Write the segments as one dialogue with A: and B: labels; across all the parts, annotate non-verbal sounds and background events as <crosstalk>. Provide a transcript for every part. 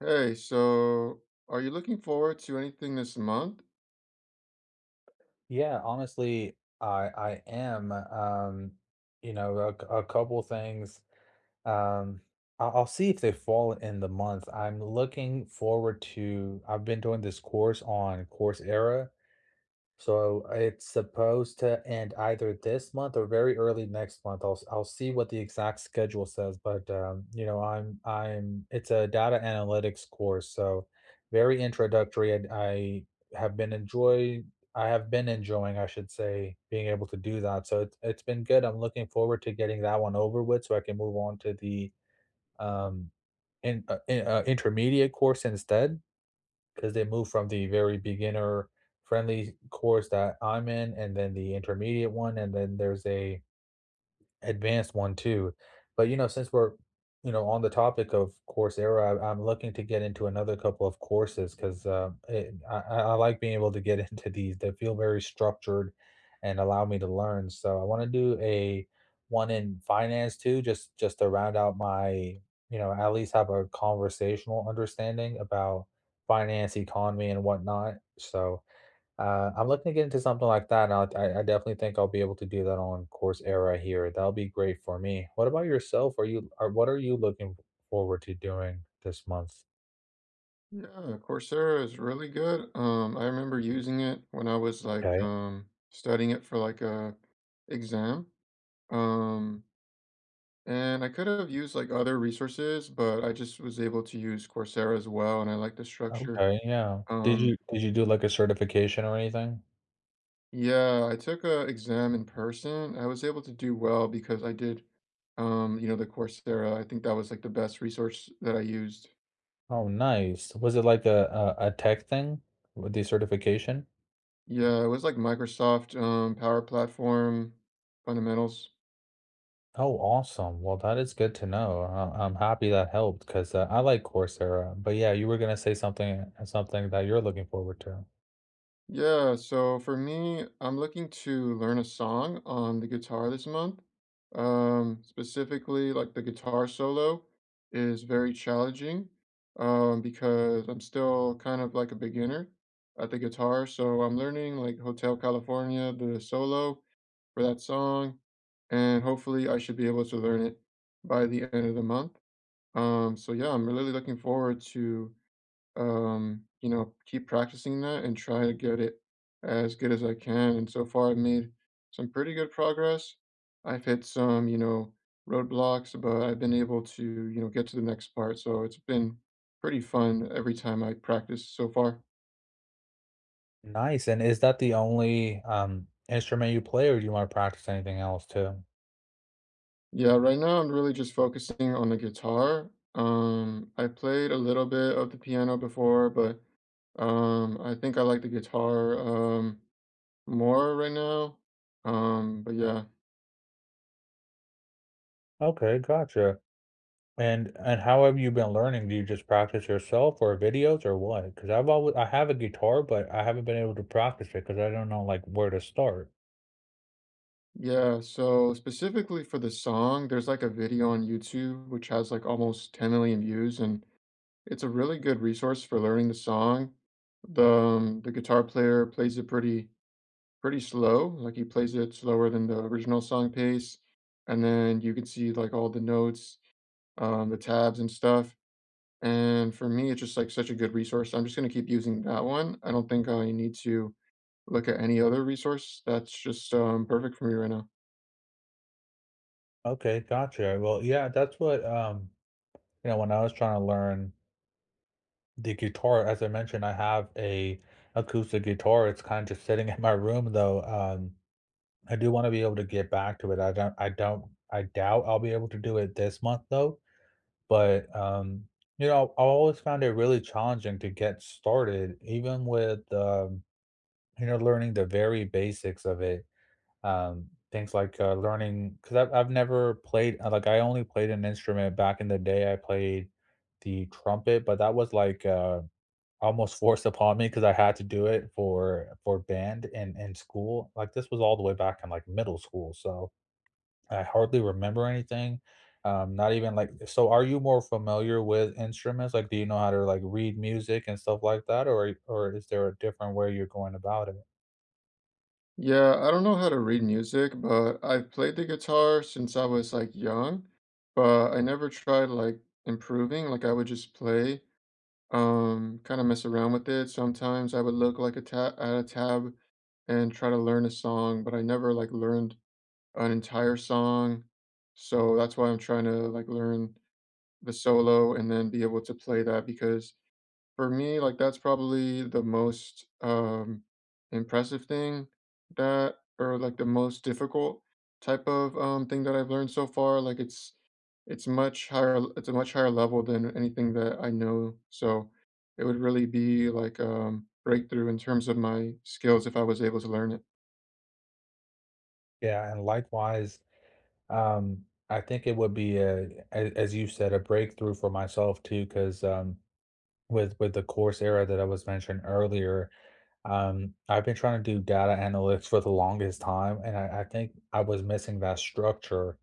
A: Hey, so are you looking forward to anything this month?
B: Yeah, honestly, I am. A, a couple things. Um, I'll see if they fall in the month I'm looking forward to. I've been doing this course on Coursera, so it's supposed to end either this month or very early next month. I'll see what the exact schedule says, but you know, I'm it's a data analytics course, so very introductory. And have been enjoy I have been enjoying, I should say, being able to do that. So it's been good. I'm looking forward to getting that one over with, so I can move on to the um intermediate course instead, because they move from the very beginner friendly course that I'm in, and then the intermediate one, and then there's a advanced one too. But, since we're, on the topic of Coursera, I'm looking to get into another couple of courses because it, I like being able to get <laughs> into these. They feel very structured and allow me to learn. So I want to do a one in finance too, just to round out my, at least have a conversational understanding about finance, economy, and whatnot. So I'm looking to get into something like that, and I definitely think I'll be able to do that on Coursera here. That'll be great for me. What about yourself? What are you looking forward to doing this month?
A: Yeah, Coursera is really good. I remember using it when I was like
B: Okay,
A: studying it for like a exam. Um, and I could have used like other resources, but I just was able to use Coursera as well, and I like the structure.
B: okay, yeah.
A: Um,
B: Did you do like a certification or anything?
A: yeah, I took a exam in person. I was able to do well because I did you know, the Coursera. I think that was like the best resource that I used.
B: Oh, nice. Was it like a tech thing with the certification?
A: Yeah, it was like Microsoft, Power Platform, Fundamentals.
B: Oh, awesome. Well, that is good to know. I'm happy that helped because I like Coursera. But yeah, you were gonna say something that you're looking forward to.
A: Yeah, so for me, I'm looking to learn a song on the guitar this month. Specifically, like the guitar solo is very challenging, because I'm still kind of like a beginner at the guitar. So I'm learning like Hotel California, the solo for that song, and hopefully I should be able to learn it by the end of the month. So yeah, I'm really looking forward to you know, keep practicing that and try to get it as good as I can. And so far I've made some pretty good progress. I've hit some, you know, roadblocks, but I've been able to, you know, get to the next part. So it's been pretty fun every time I practice so far.
B: Nice, and is that the only, instrument you play, or do you wanna practice anything else too?
A: Yeah, right now I'm really just focusing on the guitar. I played a little bit of the piano before, but I think I like the guitar more right now? But yeah.
B: Okay, gotcha, and how have you been learning? Do you just practice yourself or videos or what? Because 'Cause I have a guitar, but I haven't been able to practice it because I don't know, like, where to start.
A: Yeah, so specifically for the song, there's like a video on YouTube which has like almost 10,000,000 views, and it's a really good resource for learning the song. The guitar player plays it pretty slow, like he plays it slower than the original song pace, and then you can see like all the notes, the tabs and stuff, and for me, it's just like such a good resource. So I'm just gonna keep using that one. I don't think I need to look at any other resource that's just perfect for me right now.
B: Okay, gotcha, well, yeah, that's what, you know, when I was trying to learn the guitar, as I mentioned, I have a acoustic guitar, it's kinda just sitting <laughs> in my room, though, I do want to be able to get back to it. I don't I don't I doubt I'll be able to do it this month though, but you know, I always found it really challenging to get started even with you know learning the very basics of it. Um, things like learning, cuz I've never played like I only played an instrument back in the day. I played the trumpet, but that was like almost forced upon me because I had to do it for band and in school. Like this was all the way back in like middle school. So I hardly remember anything, not even, like, so are you more familiar with instruments? Like, do you know how to, like, read music and stuff like that, or is there a different way you're going about it?
A: Yeah, I don't know how to read music, but I've played the guitar since I was like young, but I never tried like improving. Like I would just play, kind of mess around with it. Sometimes I would look like a tab at a tab and try to learn a song, but I never like learned an entire song. So that's why I'm trying to like learn the solo and then be able to play that because for me, like that's probably impressive thing the most difficult type of thing that I've learned so far. Like it's a much higher level than anything that I know. So it would really be like breakthrough in terms of my skills if I was able to learn it.
B: Yeah, and likewise, I think it would be a, as you said, a breakthrough for myself too, because with the course era that I was mentioning earlier, I've been trying to do data analytics for the longest time, and I think I was missing that structure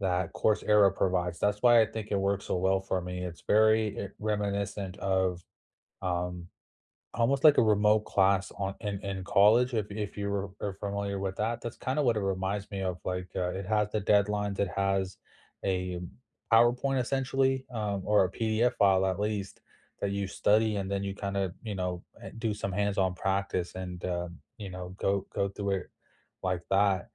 B: that Coursera provides. That's why I think it works so well for me. It's very eh, reminiscent of um, almost like a remote class on in college. If you were, are familiar with that, that's kind of what it reminds me of. Like it has the deadlines. It has a PowerPoint essentially, or a PDF file at least that you study, and then you kind of you know eh, do some hands-on practice and you know go through it like that.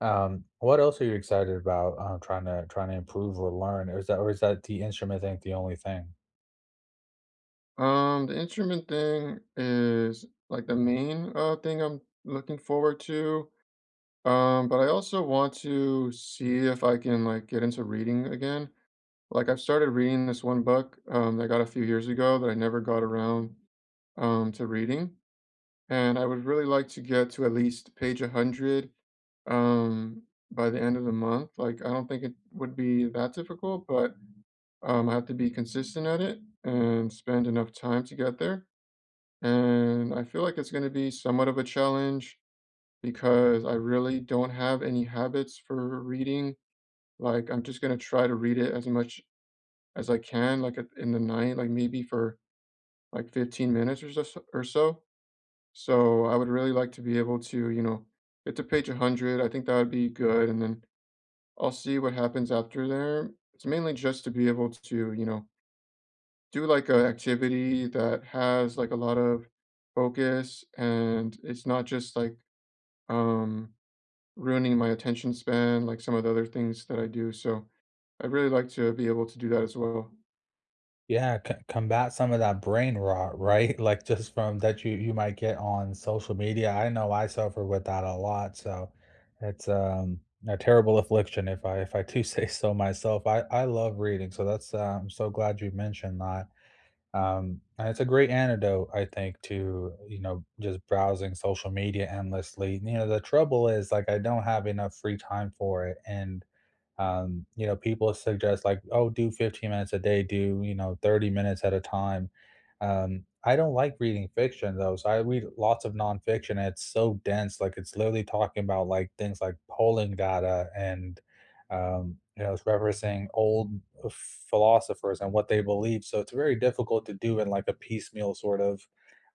B: Um, what else are you excited about, trying to improve or learn, or is that the instrument thing the only thing?
A: The instrument thing is like the main thing I'm looking forward to. But I also want to see if I can like get into reading again. Like I've started reading this one book that I got a few years ago that I never got around to reading, and I would really like to get to at least page 100, um, by the end of the month. Like I don't think it would be that difficult, but I have to be consistent at it and spend enough time to get there. And I feel like it's going to be somewhat of a challenge because I really don't have any habits for reading. Like, I'm just gonna try to read it as much as I can, like, at in the night, like, maybe for, like, 15 minutes or so. So, I would really like to be able to, you know, get to page 100. I think that would be good, and then I'll see what happens after there. It's mainly just to be able to, you know, do, like, a activity that has, like, a lot of focus, and it's not just, like, um ruining my attention span, like some of the other things that I do. So I'd really like to be able to do that as well.
B: Yeah, c combat some of that brain rot, right? <laughs> Like, just from that you might get on social media. I know I suffer with that a lot, so it's, a terrible affliction if I do <laughs> say so myself. I love reading, so that's, uh, I'm so glad you mentioned that. And it's a great antidote, I think, to, you know, just browsing social media endlessly. You know, the trouble is like I don't have enough free time for it. And you know, people suggest like, oh, do 15 minutes a day, do, you know, 30 minutes at a time. I don't like reading fiction though, so I read lots of nonfiction and it's so dense, like it's literally talking about like things like polling data and you know, it's referencing old philosophers and what they believe. So it's very difficult to do in like a piecemeal sort of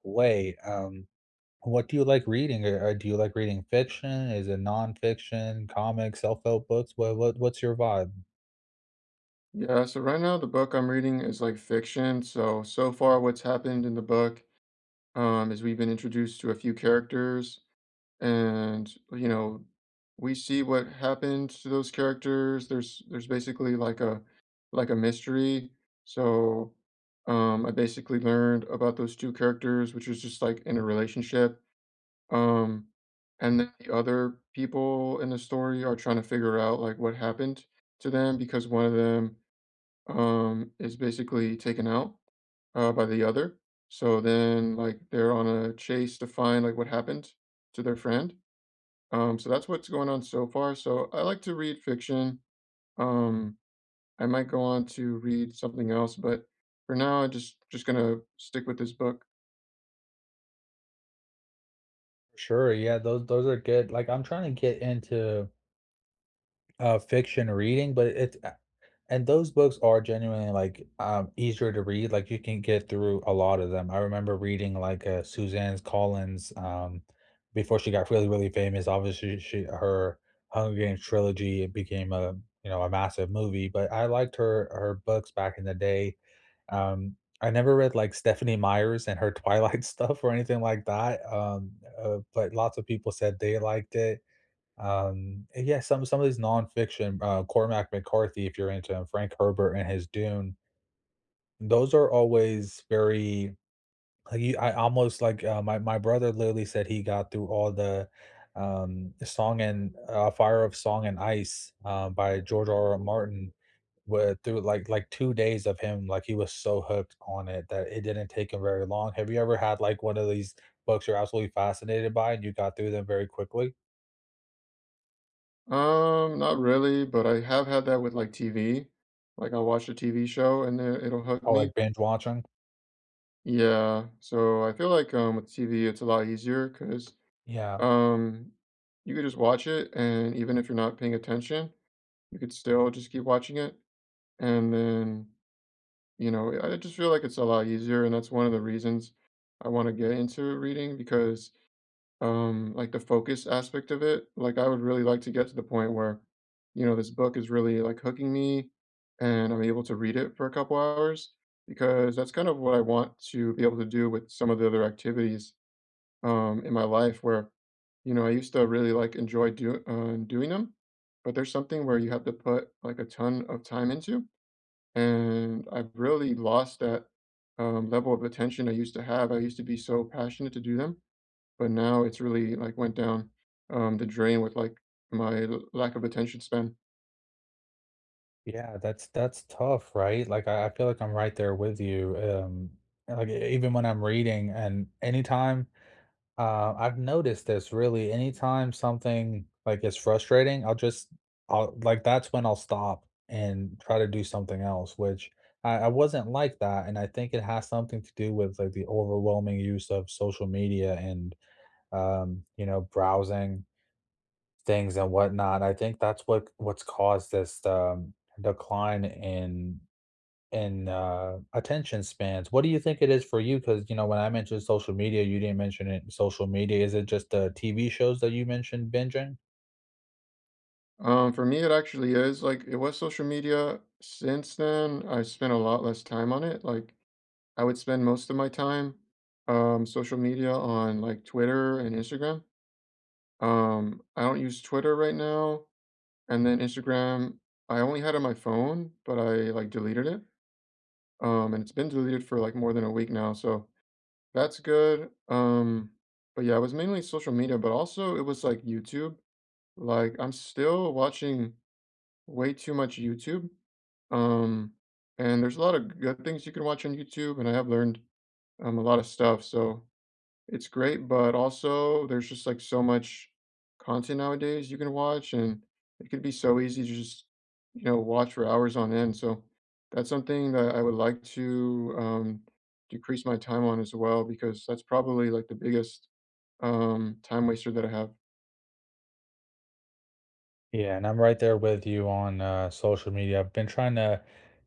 B: way. What do you like reading? Or, do you like reading fiction? Is it nonfiction, comics, self-help books? What's your vibe?
A: Yeah, so right now the book I'm reading is like fiction. So so far what's happened in the book is we've been introduced to a few characters, and you know we see what happened to those characters. There's basically like a mystery. So I basically learned about those two characters which is just like in a relationship. Um, and then the other people in the story are trying to figure out like what happened to them because one of them is basically taken out by the other. So then like they're on a chase to find like what happened to their friend. So that's what's going on so far. So I like to read fiction. Um, I might go on to read something else, but for now I just gonna stick with this book.
B: Sure, yeah, those are good. Like I'm trying to get into fiction reading, but it's, and those books are genuinely like easier to read. Like you can get through a lot of them. I remember reading like Suzanne Collins before she got really, really famous. Obviously she her Hunger Games trilogy became a you know a massive movie, but I liked her books back in the day. Um, I never read like Stephanie Myers and her Twilight <laughs> stuff or anything like that. But lots of people said they liked it. And yeah, some of these nonfiction, Cormac McCarthy, if you're into him, Frank Herbert and his Dune, those are always very like, you, I almost like my brother literally said he got through all the Song and Fire of Song and Ice by George R. R. Martin with through like 2 days of him, like he was so hooked on it that it didn't take him very long. Have you ever had like one of these books you're absolutely fascinated by and you got through them very quickly,
A: Not really, but I have had that with like TV. Like I'll watch a TV show and it'll hook
B: or
A: me.
B: like binge watching?
A: Yeah. So I feel like with TV it's a lot easier because
B: Yeah.
A: um you could just watch it and even if you're not paying attention, you could still just keep watching it. And then, you know, I just feel like it's a lot easier and that's one of the reasons I want to get into reading because like the focus aspect of it. Like I would really like to get to the point where, you know, this book is really like hooking me and I'm able to read it for a couple hours because that's kind of what I want to be able to do with some of the other activities in my life where, you know, I used to really like enjoy doing them, but there's something where you have to put like a ton of time into. And I've really lost that level of attention I used to have. I used to be so passionate to do them but now it's really, like, went down, the drain with, like, my l lack of attention span.
B: Yeah, that's tough, right? Like I feel like I'm right there with you. And, like even when I'm reading, and anytime I've noticed this really, anytime something like is frustrating, I'll just I'll like that's when I'll stop and try to do something else, which I wasn't like that, and I think it has something to do with like the overwhelming use of social media and you know, browsing things and whatnot. I think that's what's caused this decline in attention spans. What do you think it is for you? Because you know, when I mentioned social media, you didn't mention it. Social media, is it just the TV shows that you mentioned binging?
A: For me, it actually is, like, it was social media. Since then, I spent a lot less time on it, like, I would spend most of my time, social media on, like, Twitter and Instagram. I don't use Twitter right now, and then Instagram, I only had on my phone, but I, like, deleted it, and it's been deleted for, like, more than a week now, so that's good. But yeah, it was mainly social media, but also it was like YouTube. Like I'm still watching way too much YouTube. Um, and there's a lot of good things you can watch on YouTube, and I have learned a lot of stuff. So it's great, but also there's just, like, so much content nowadays you can watch, and it could be so easy to just, you know, watch for hours on end, so that's something that I would like to, decrease my time on as well because that's probably, like, the biggest, time waster that I have.
B: Yeah, and I'm right there with you on social media. I've been trying to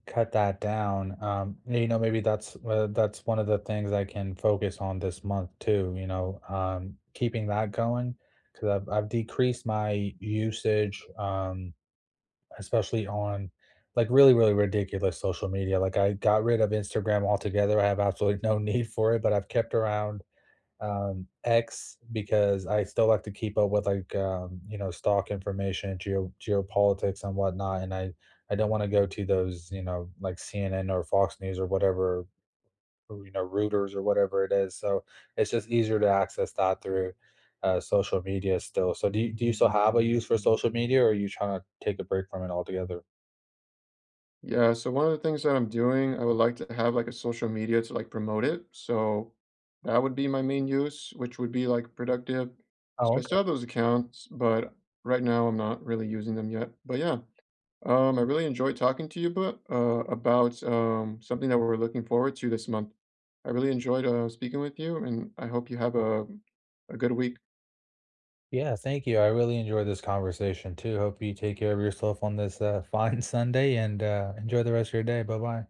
B: cut that down. You know, maybe that's one of the things I can focus on this month too, you know, keeping that going because I've decreased my usage, especially on like really, really ridiculous social media. Like I got rid of Instagram altogether. I have absolutely no <laughs> need for it, but I've kept around X because I still like to keep up with like you know stock information, geopolitics and whatnot, and I don't want to go to those you know like CNN or Fox News or whatever or, you know rooters or whatever it is. So it's just easier to access that through social media still. So do you still have a use for social media, or are you trying to take a break from it altogether?
A: Yeah, so one of the things that I'm doing, I would like to have like a social media to like promote it. So that would be my main use, which would be like productive.
B: Oh,
A: So I
B: okay.
A: still have those accounts, but right now I'm not really using them yet. But yeah, I really enjoyed talking to you, but about something that we're looking forward to this month. I really enjoyed speaking with you, and I hope you have a good week.
B: Yeah, thank you. I really enjoyed this conversation too. Hope you take care of yourself on this <laughs> fine Sunday and enjoy the rest of your day. Bye bye.